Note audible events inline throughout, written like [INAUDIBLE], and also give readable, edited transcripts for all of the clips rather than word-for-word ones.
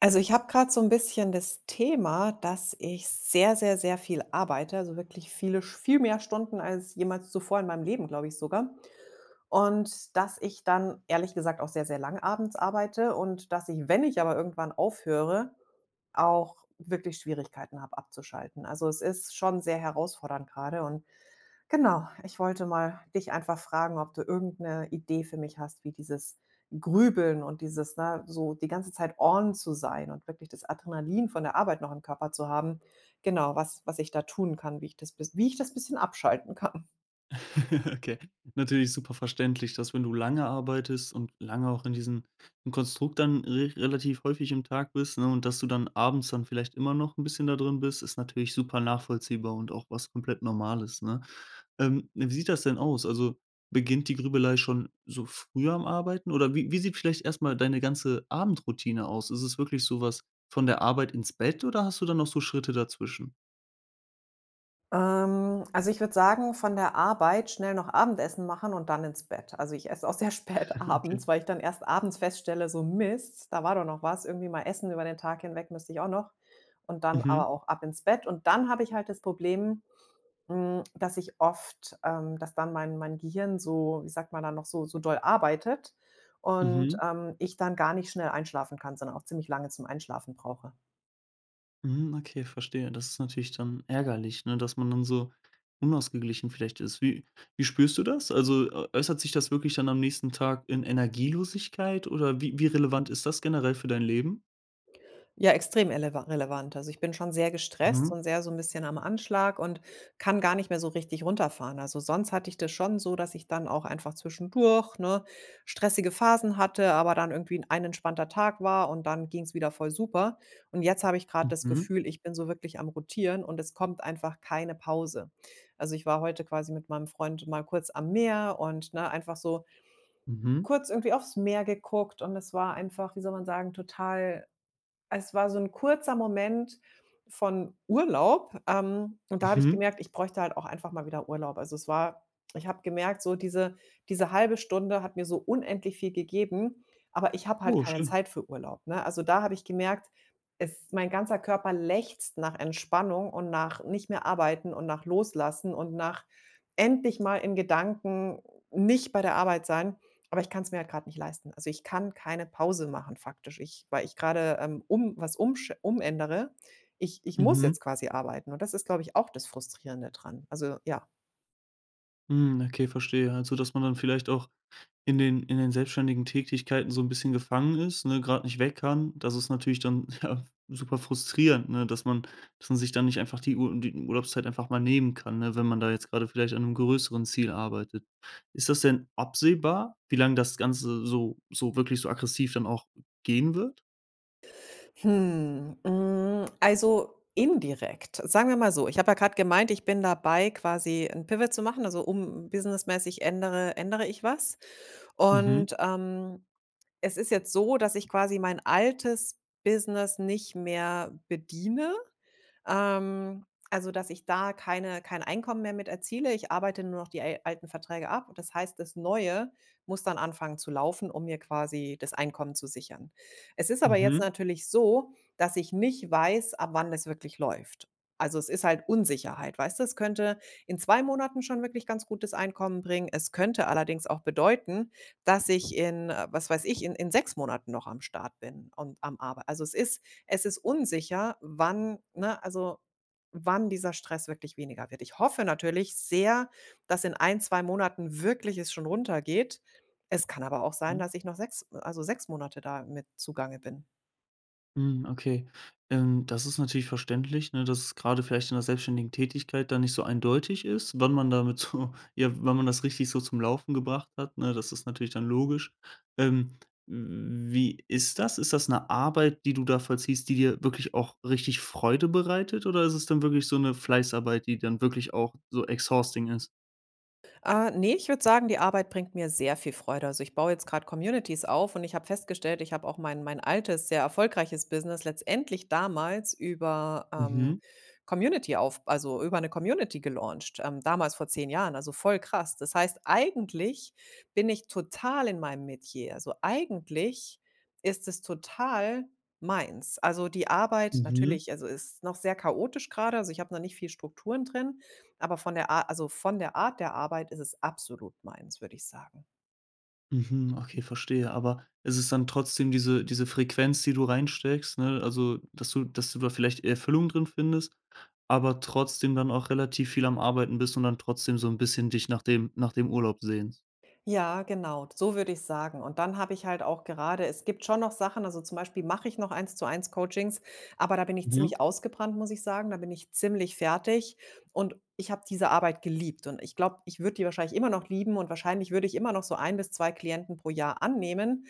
Also, ich habe gerade so ein bisschen das Thema, dass ich sehr, sehr, sehr viel arbeite, also wirklich viel mehr Stunden als jemals zuvor in meinem Leben, glaube ich sogar. Und dass ich dann ehrlich gesagt auch sehr, sehr lange abends arbeite und dass ich, wenn ich aber irgendwann aufhöre, auch wirklich Schwierigkeiten habe abzuschalten. Also, es ist schon sehr herausfordernd gerade und genau, ich wollte mal dich einfach fragen, ob du irgendeine Idee für mich hast, wie dieses Grübeln und dieses, ne, so die ganze Zeit on zu sein und wirklich das Adrenalin von der Arbeit noch im Körper zu haben. Genau, was ich da tun kann, wie ich das bis wie ich das bisschen abschalten kann. [LAUGHS] Okay. Natürlich super verständlich, dass wenn du lange arbeitest und lange auch in diesem im Konstrukt dann re relativ häufig im Tag bist, ne, und dass du dann abends dann vielleicht immer noch ein bisschen da drin bist, ist natürlich super nachvollziehbar und auch was komplett Normales, ne? Wie sieht das denn aus? Also, beginnt die Grübelei schon so früh am Arbeiten oder wie sieht vielleicht erstmal deine ganze Abendroutine aus? Ist es wirklich sowas von der Arbeit ins Bett oder hast du dann noch so Schritte dazwischen? Also, ich würde sagen, von der Arbeit schnell noch Abendessen machen und dann ins Bett. Also, ich esse auch sehr [LAUGHS] spät [LAUGHS] Okay. abends, weil ich dann erst abends feststelle: „So Mist, da war doch noch was. Irgendwie mal essen über den Tag hinweg müsste ich auch noch." Und dann Mhm. aber auch ab ins Bett. Und dann habe ich halt das Problem, dass ich oft, dass dann mein Gehirn so, wie sagt man da noch, so so doll arbeitet und, Mhm. Ich dann gar nicht schnell einschlafen kann, sondern auch ziemlich lange zum Einschlafen brauche. Mhm, okay, verstehe. Das ist natürlich dann ärgerlich, ne, dass man dann so unausgeglichen vielleicht ist. Wie spürst du das? Also, äu äußert sich das wirklich dann am nächsten Tag in Energielosigkeit oder wie relevant ist das generell für dein Leben? Ja, extrem eleva relevant. Also, ich bin schon sehr gestresst Mhm, und sehr so ein bisschen am Anschlag und kann gar nicht mehr so richtig runterfahren. Also, sonst hatte ich das schon so, dass ich dann auch einfach zwischendurch, ne, stressige Phasen hatte, aber dann irgendwie 'n ein entspannter Tag war und dann ging es wieder voll super. Und jetzt habe ich gerade das mhm, Gefühl, ich bin so wirklich am Rotieren und es kommt einfach keine Pause. Also, ich war heute quasi mit meinem Freund mal kurz am Meer und, ne, einfach so mhm, kurz irgendwie aufs Meer geguckt und es war einfach, wie soll man sagen, total es war so 'n kurzer Moment von Urlaub, und da habe ich mhm. gemerkt, ich bräuchte halt auch einfach mal wieder Urlaub. Also, es war ich habe gemerkt, so diese halbe Stunde hat mir so unendlich viel gegeben, aber ich habe halt Oh, keine schön. Zeit für Urlaub, ne? Also, da habe ich gemerkt, es mein ganzer Körper lechzt nach Entspannung und nach nicht mehr arbeiten und nach Loslassen und nach endlich mal in Gedanken nicht bei der Arbeit sein. Aber ich kann es mir halt grad nicht leisten. Also, ich kann keine Pause machen faktisch. Ich Weil ich gerade, um was umsch umändere. Ich muss Mhm. jetzt quasi arbeiten und das ist, glaube ich, auch das Frustrierende dran. Also, ja. Mhm, okay, verstehe. Also, dass man dann vielleicht auch in den selbstständigen Tätigkeiten so ein bisschen gefangen ist, ne, grad nicht weg kann. Das ist natürlich dann, [LAUGHS] ja, super frustrierend, ne, dass man sich dann nicht einfach die Urlaubszeit einfach mal nehmen kann, ne, wenn man da jetzt gerade vielleicht an einem größeren Ziel arbeitet. Ist das denn absehbar, wie lange das Ganze so wirklich so aggressiv dann auch gehen wird? Also indirekt. Sagen wir mal so, ich habe ja gerade gemeint, ich bin dabei, quasi ein Pivot zu machen, also, um businessmäßig ändere ich was. Mhm, Und, es ist jetzt so, dass ich quasi mein altes Business nicht mehr bediene. Ähm, also, dass ich da kein Einkommen mehr mit erziele. Ich arbeite nur noch die al alten Verträge ab. Das heißt, das Neue muss dann anfangen zu laufen, um mir quasi das Einkommen zu sichern. Es ist aber jetzt mhm, natürlich so, dass ich nicht weiß, ab wann das wirklich läuft. Also, es ist halt Unsicherheit, weißt du? Es könnte in 2 Monaten schon wirklich ganz gutes Einkommen bringen. Es könnte allerdings auch bedeuten, dass ich in, was weiß ich, in 6 Monaten noch am Start bin und am Arbei also, es ist unsicher, wann, ne, also wann dieser Stress wirklich weniger wird. Ich hoffe natürlich sehr, dass in 1, 2 Monaten wirklich es schon runtergeht. Es kann aber auch sein, mhm. dass ich noch 6 Monate da mit zugange bin. Mhm, okay. Das ist natürlich verständlich, ne, dass es gerade vielleicht in der selbstständigen Tätigkeit dann nicht so eindeutig ist, wann man damit so [LAUGHS] ja, wann man das richtig so zum Laufen gebracht hat, ne? Das ist natürlich dann logisch. Ähm, Wie ist das? Ist das eine Arbeit, die du da vollziehst, die dir wirklich auch richtig Freude bereitet, oder ist es dann wirklich so eine Fleißarbeit, die dann wirklich auch so exhausting ist? Ne, ich würde sagen, die Arbeit bringt mir sehr viel Freude. Also, ich baue jetzt gerade Communities auf und ich habe festgestellt, ich habe auch mein altes, sehr erfolgreiches Business letztendlich damals Mhm, über eine Community gelauncht, damals vor 10 Jahren, also, voll krass. Das heißt, eigentlich bin ich total in meinem Metier. Also, eigentlich ist es total meins. Also, die Arbeit, mhm. natürlich, also ist noch sehr chaotisch gerade. Also, ich habe noch nicht viel Strukturen drin, aber von der Art der Arbeit ist es absolut meins, würde ich sagen. Mhm, okay, verstehe. Aber ist es dann trotzdem diese Frequenz, die du reinsteckst, ne? Also, dass du da vielleicht Erfüllung drin findest, aber trotzdem dann auch relativ viel am Arbeiten bist und dann trotzdem so ein bisschen dich nach dem Urlaub sehnst? Ja, genau, so würde ich sagen. Und dann habe ich halt auch gerade, es gibt schon noch Sachen, also, zum Beispiel mache ich noch Eins-zu-eins Coachings, aber da bin ich Mhm, ziemlich ausgebrannt, muss ich sagen. Da bin ich ziemlich fertig und ich habe diese Arbeit geliebt und ich glaube, ich würde die wahrscheinlich immer noch lieben und wahrscheinlich würde ich immer noch so ein bis 2 Klienten pro Jahr annehmen.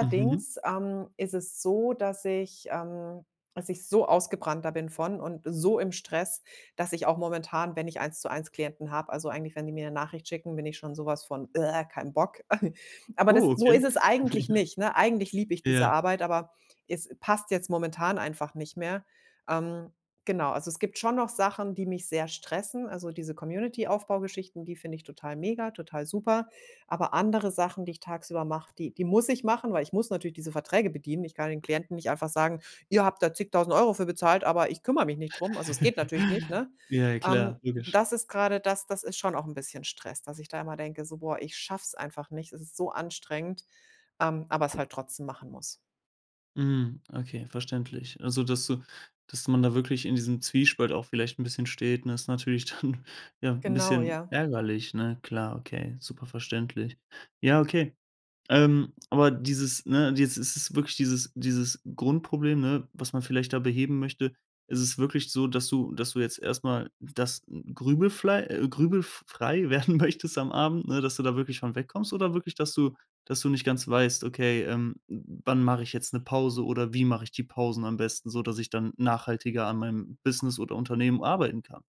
mhm. Ist es so, dass ich so ausgebrannt da bin von und so im Stress, dass ich auch momentan, wenn ich Eins-zu-eins Klienten habe, also eigentlich, wenn die mir eine Nachricht schicken, bin ich schon sowas was von: „Kein Bock." [LAUGHS] Aber das Oh, so okay. ist es eigentlich [LAUGHS] nicht, ne? Eigentlich liebe ich diese Ja. Arbeit, aber es passt jetzt momentan einfach nicht mehr. Ähm, genau, also es gibt schon noch Sachen, die mich sehr stressen. Also diese Community-Aufbaugeschichten, die finde ich total mega, total super. Aber andere Sachen, die ich tagsüber mache, die muss ich machen, weil ich muss natürlich diese Verträge bedienen. Ich kann den Klienten nicht einfach sagen: ihr habt da zigtausend Euro für bezahlt, aber ich kümmere mich nicht drum. Also, es geht natürlich nicht, [LAUGHS] ne? Ja, klar, logisch. Das ist gerade, das das ist schon auch ein bisschen Stress, dass ich da immer denke, so: „Boah, ich schaff's einfach nicht. Es ist so anstrengend", aber es halt trotzdem machen muss. Mhm, okay, verständlich. Also, dass man da wirklich in diesem Zwiespalt auch vielleicht ein bisschen steht, ne, ist natürlich dann, [LAUGHS] ja, ein Genau, bisschen ja. ärgerlich, ne? Klar, okay, super verständlich. Ja, okay. Aber dieses ne, jetzt ist es wirklich dieses Grundproblem, ne, was man vielleicht da beheben möchte. Es wirklich so, dass du jetzt erstmal das grübelflei grübelfrei [LAUGHS] werden möchtest am Abend, ne, dass du da wirklich von wegkommst oder wirklich, dass du nicht ganz weißt: „Okay, wann mache ich jetzt eine Pause oder wie mache ich die Pausen am besten, so dass ich dann nachhaltiger an meinem Business oder Unternehmen arbeiten kann?“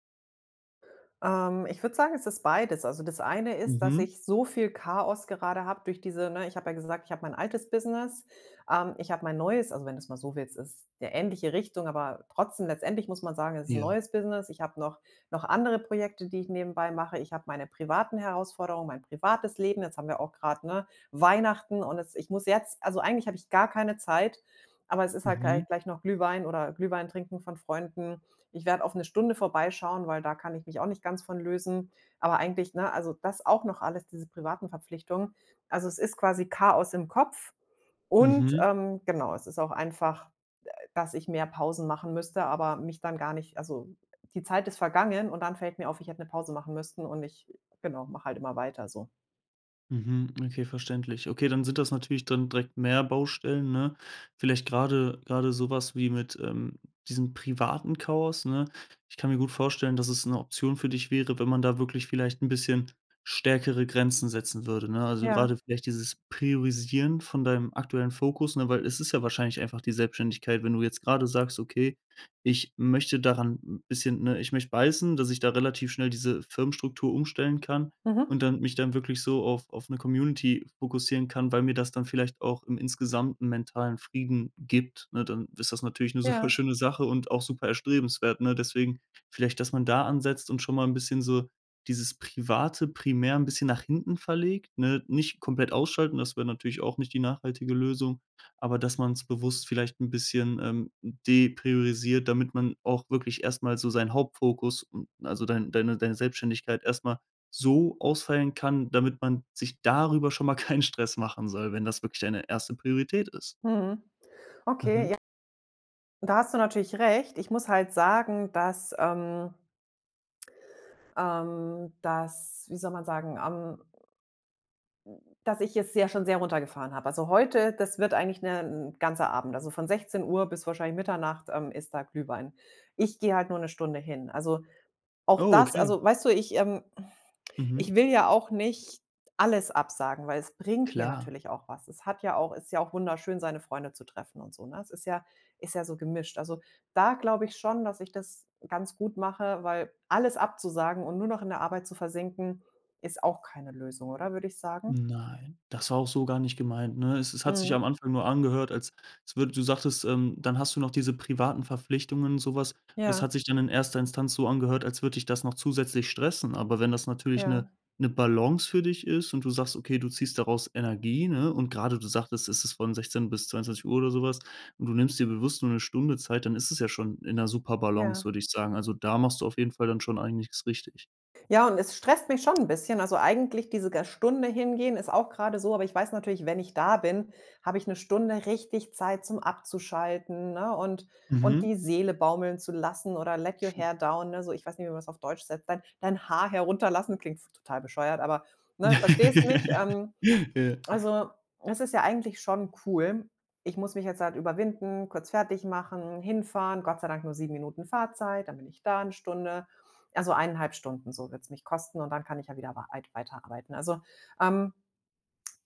Ich würde sagen, es ist beides. Also, das eine ist, dass Mhm. ich so viel Chaos gerade habe durch diese, ne, ich habe ja gesagt, ich habe mein altes Business, ich habe mein neues, also, wenn du's mal so willst, ist ja ähnliche Richtung, aber trotzdem letztendlich muss man sagen, es ist 'n Ja. neues Business. Ich habe noch andere Projekte, die ich nebenbei mache. Ich habe meine privaten Herausforderungen, mein privates Leben. Jetzt haben wir auch gerade, ne, Weihnachten und es ich muss jetzt also, eigentlich habe ich gar keine Zeit, aber es ist halt Mhm. gleich noch Glühwein trinken von Freunden. Ich werde auf eine Stunde vorbeischauen, weil da kann ich mich auch nicht ganz von lösen. Aber eigentlich, ne, also das auch noch alles, diese privaten Verpflichtungen. Also, es ist quasi Chaos im Kopf und, Mhm. Genau, es ist auch einfach, dass ich mehr Pausen machen müsste, aber mich dann gar nicht, also die Zeit ist vergangen und dann fällt mir auf, ich hätte eine Pause machen müssen und ich, genau, mache halt immer weiter so. Mhm, okay, verständlich. Okay, dann sind das natürlich dann direkt mehr Baustellen, ne? Vielleicht gerade sowas wie mit diesem privaten Chaos, ne? Ich kann mir gut vorstellen, dass es eine Option für dich wäre, wenn man da wirklich vielleicht ein bisschen stärkere Grenzen setzen würde, ne? Also, Ja. gerade vielleicht dieses Priorisieren von deinem aktuellen Fokus, ne, weil es ist ja wahrscheinlich einfach die Selbstständigkeit, wenn du jetzt gerade sagst: „Okay, ich möchte daran 'n bisschen, ne ich möchte beißen, dass ich da relativ schnell diese Firmenstruktur umstellen kann.“ Mhm. Und dann mich dann wirklich so auf eine Community fokussieren kann, weil mir das dann vielleicht auch im insgesamten mentalen Frieden gibt, ne? Dann ist das natürlich eine [LAUGHS] super Ja. schöne Sache und auch super erstrebenswert, ne? Deswegen vielleicht, dass man da ansetzt und schon mal ein bisschen so dieses Private primär ein bisschen nach hinten verlegt, ne? Nicht komplett ausschalten, das wäre natürlich auch nicht die nachhaltige Lösung, aber dass man es bewusst vielleicht ein bisschen, depriorisiert, damit man auch wirklich erstmal so seinen Hauptfokus, also deine Selbstständigkeit erstmal so ausfallen kann, damit man sich darüber schon mal [LAUGHS] keinen Stress machen soll, wenn das wirklich deine erste Priorität ist. Mhm. Okay, Mhm. ja. Da hast du natürlich recht. Ich muss halt sagen, dass, wie soll man sagen, am Dass ich es ja schon sehr runtergefahren habe. Also heute, das wird eigentlich 'n ganzer Abend. Also von 16 Uhr bis wahrscheinlich Mitternacht, ist da Glühwein. Ich gehe halt nur eine Stunde hin. Also auch Oh, das, okay. also weißt du, ich, ähm Mhm. ich will ja auch nicht alles absagen, weil es bringt mir Klar. natürlich auch was. Es hat ja auch Ist ja auch wunderschön, seine Freunde zu treffen und so, ne? Es ist ja so gemischt. Also, da glaube ich schon, dass ich das ganz gut mache, weil alles abzusagen und nur noch in der Arbeit zu versinken, ist auch keine Lösung, oder, würde ich sagen? Nein, das war auch so gar nicht gemeint, ne? Es hat sich Mhm. am Anfang nur angehört, als es würde du sagtest, dann hast du noch diese privaten Verpflichtungen, sowas. Das hat Ja, sich dann in erster Instanz so angehört, als würde dich das noch zusätzlich stressen. Aber wenn das natürlich ja, eine Balance für dich ist und du sagst: „Okay, du ziehst daraus Energie“, ne? Und gerade du sagtest, es ist von 16:00 bis 22 Uhr oder sowas und du nimmst dir bewusst nur eine Stunde Zeit, dann ist es ja schon in einer super Balance, ja. würde ich sagen. Also, da machst du auf jeden Fall dann schon einiges richtig. Ja, und es stresst mich schon ein bisschen. Also, eigentlich diese ga Stunde hingehen ist auch gerade so, aber ich weiß natürlich, wenn ich da bin, habe ich eine Stunde richtig Zeit zum Abzuschalten, ne, und Mhm. die Seele baumeln zu lassen oder let your hair down, ne, so ich weiß nicht, wie man das auf Deutsch setzt. Dein Haar herunterlassen klingt total bescheuert, aber, ne, verstehst mich? [LAUGHS] Ja. Also, es ist ja eigentlich schon cool. Ich muss mich jetzt halt überwinden, kurz fertig machen, hinfahren. Gott sei Dank nur 7 Minuten Fahrzeit, dann bin ich da eine Stunde. Also, eineinhalb Stunden, so wird's mich kosten und dann kann ich ja wieder weiterarbeiten. Also, ähm,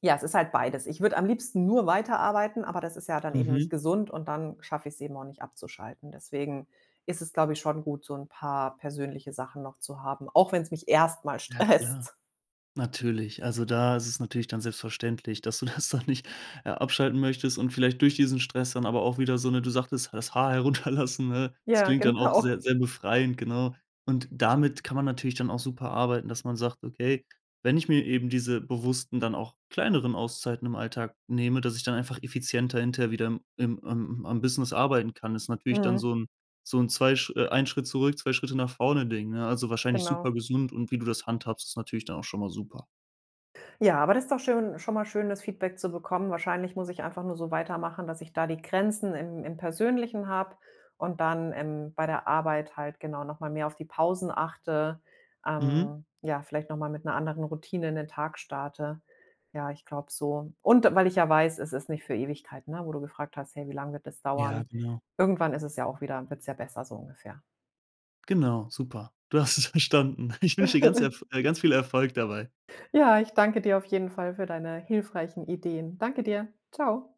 ja, es ist halt beides. Ich würde am liebsten nur weiterarbeiten, aber das ist ja dann eben nicht Mhm. gesund und dann schaffe ich es eben auch nicht abzuschalten. Deswegen ist es, glaube ich, schon gut, so ein paar persönliche Sachen noch zu haben, auch wenn es mich erstmal Ja klar, stresst. [LAUGHS] natürlich. Also, da ist es natürlich dann selbstverständlich, dass du [LAUGHS] das dann nicht, abschalten möchtest und vielleicht durch diesen Stress dann aber auch wieder so eine du sagtest, das Haar [LAUGHS] herunterlassen, ne? Das Ja, klingt dann auch genau. sehr sehr befreiend, genau. Und damit kann man natürlich dann auch super arbeiten, dass man sagt: „Okay, wenn ich mir eben diese bewussten, dann auch kleineren Auszeiten im Alltag nehme, dass ich dann einfach effizienter hinterher wieder im im am am Business arbeiten kann.“ Ist natürlich dann Mhm, so so ein zwei Sch ein Schritt zurück, 2 Schritte nach vorne Ding, ne? Also, wahrscheinlich super genau. gesund und wie du das handhabst, ist natürlich dann auch schon mal super. Ja, aber das ist doch schön schon mal schön, das Feedback zu bekommen. Wahrscheinlich muss ich einfach nur so weitermachen, dass ich da die Grenzen im Persönlichen habe und dann, bei der Arbeit halt genau noch mal mehr auf die Pausen achte, Mhm. Ja, vielleicht noch mal mit einer anderen Routine in den Tag starte. Ja, ich glaube so. Und weil ich ja weiß, es ist nicht für Ewigkeit, ne, wo du gefragt hast: „Hey, wie lange wird das Ja, dauern?" genau. Irgendwann ist es ja auch wieder wird's ja besser, so ungefähr. Genau, super. Du hast es [LAUGHS] verstanden. Ich wünsche dir ganz erf [LAUGHS] ganz viel Erfolg dabei. Ja, ich danke dir auf jeden Fall für deine hilfreichen Ideen. Danke dir. Ciao.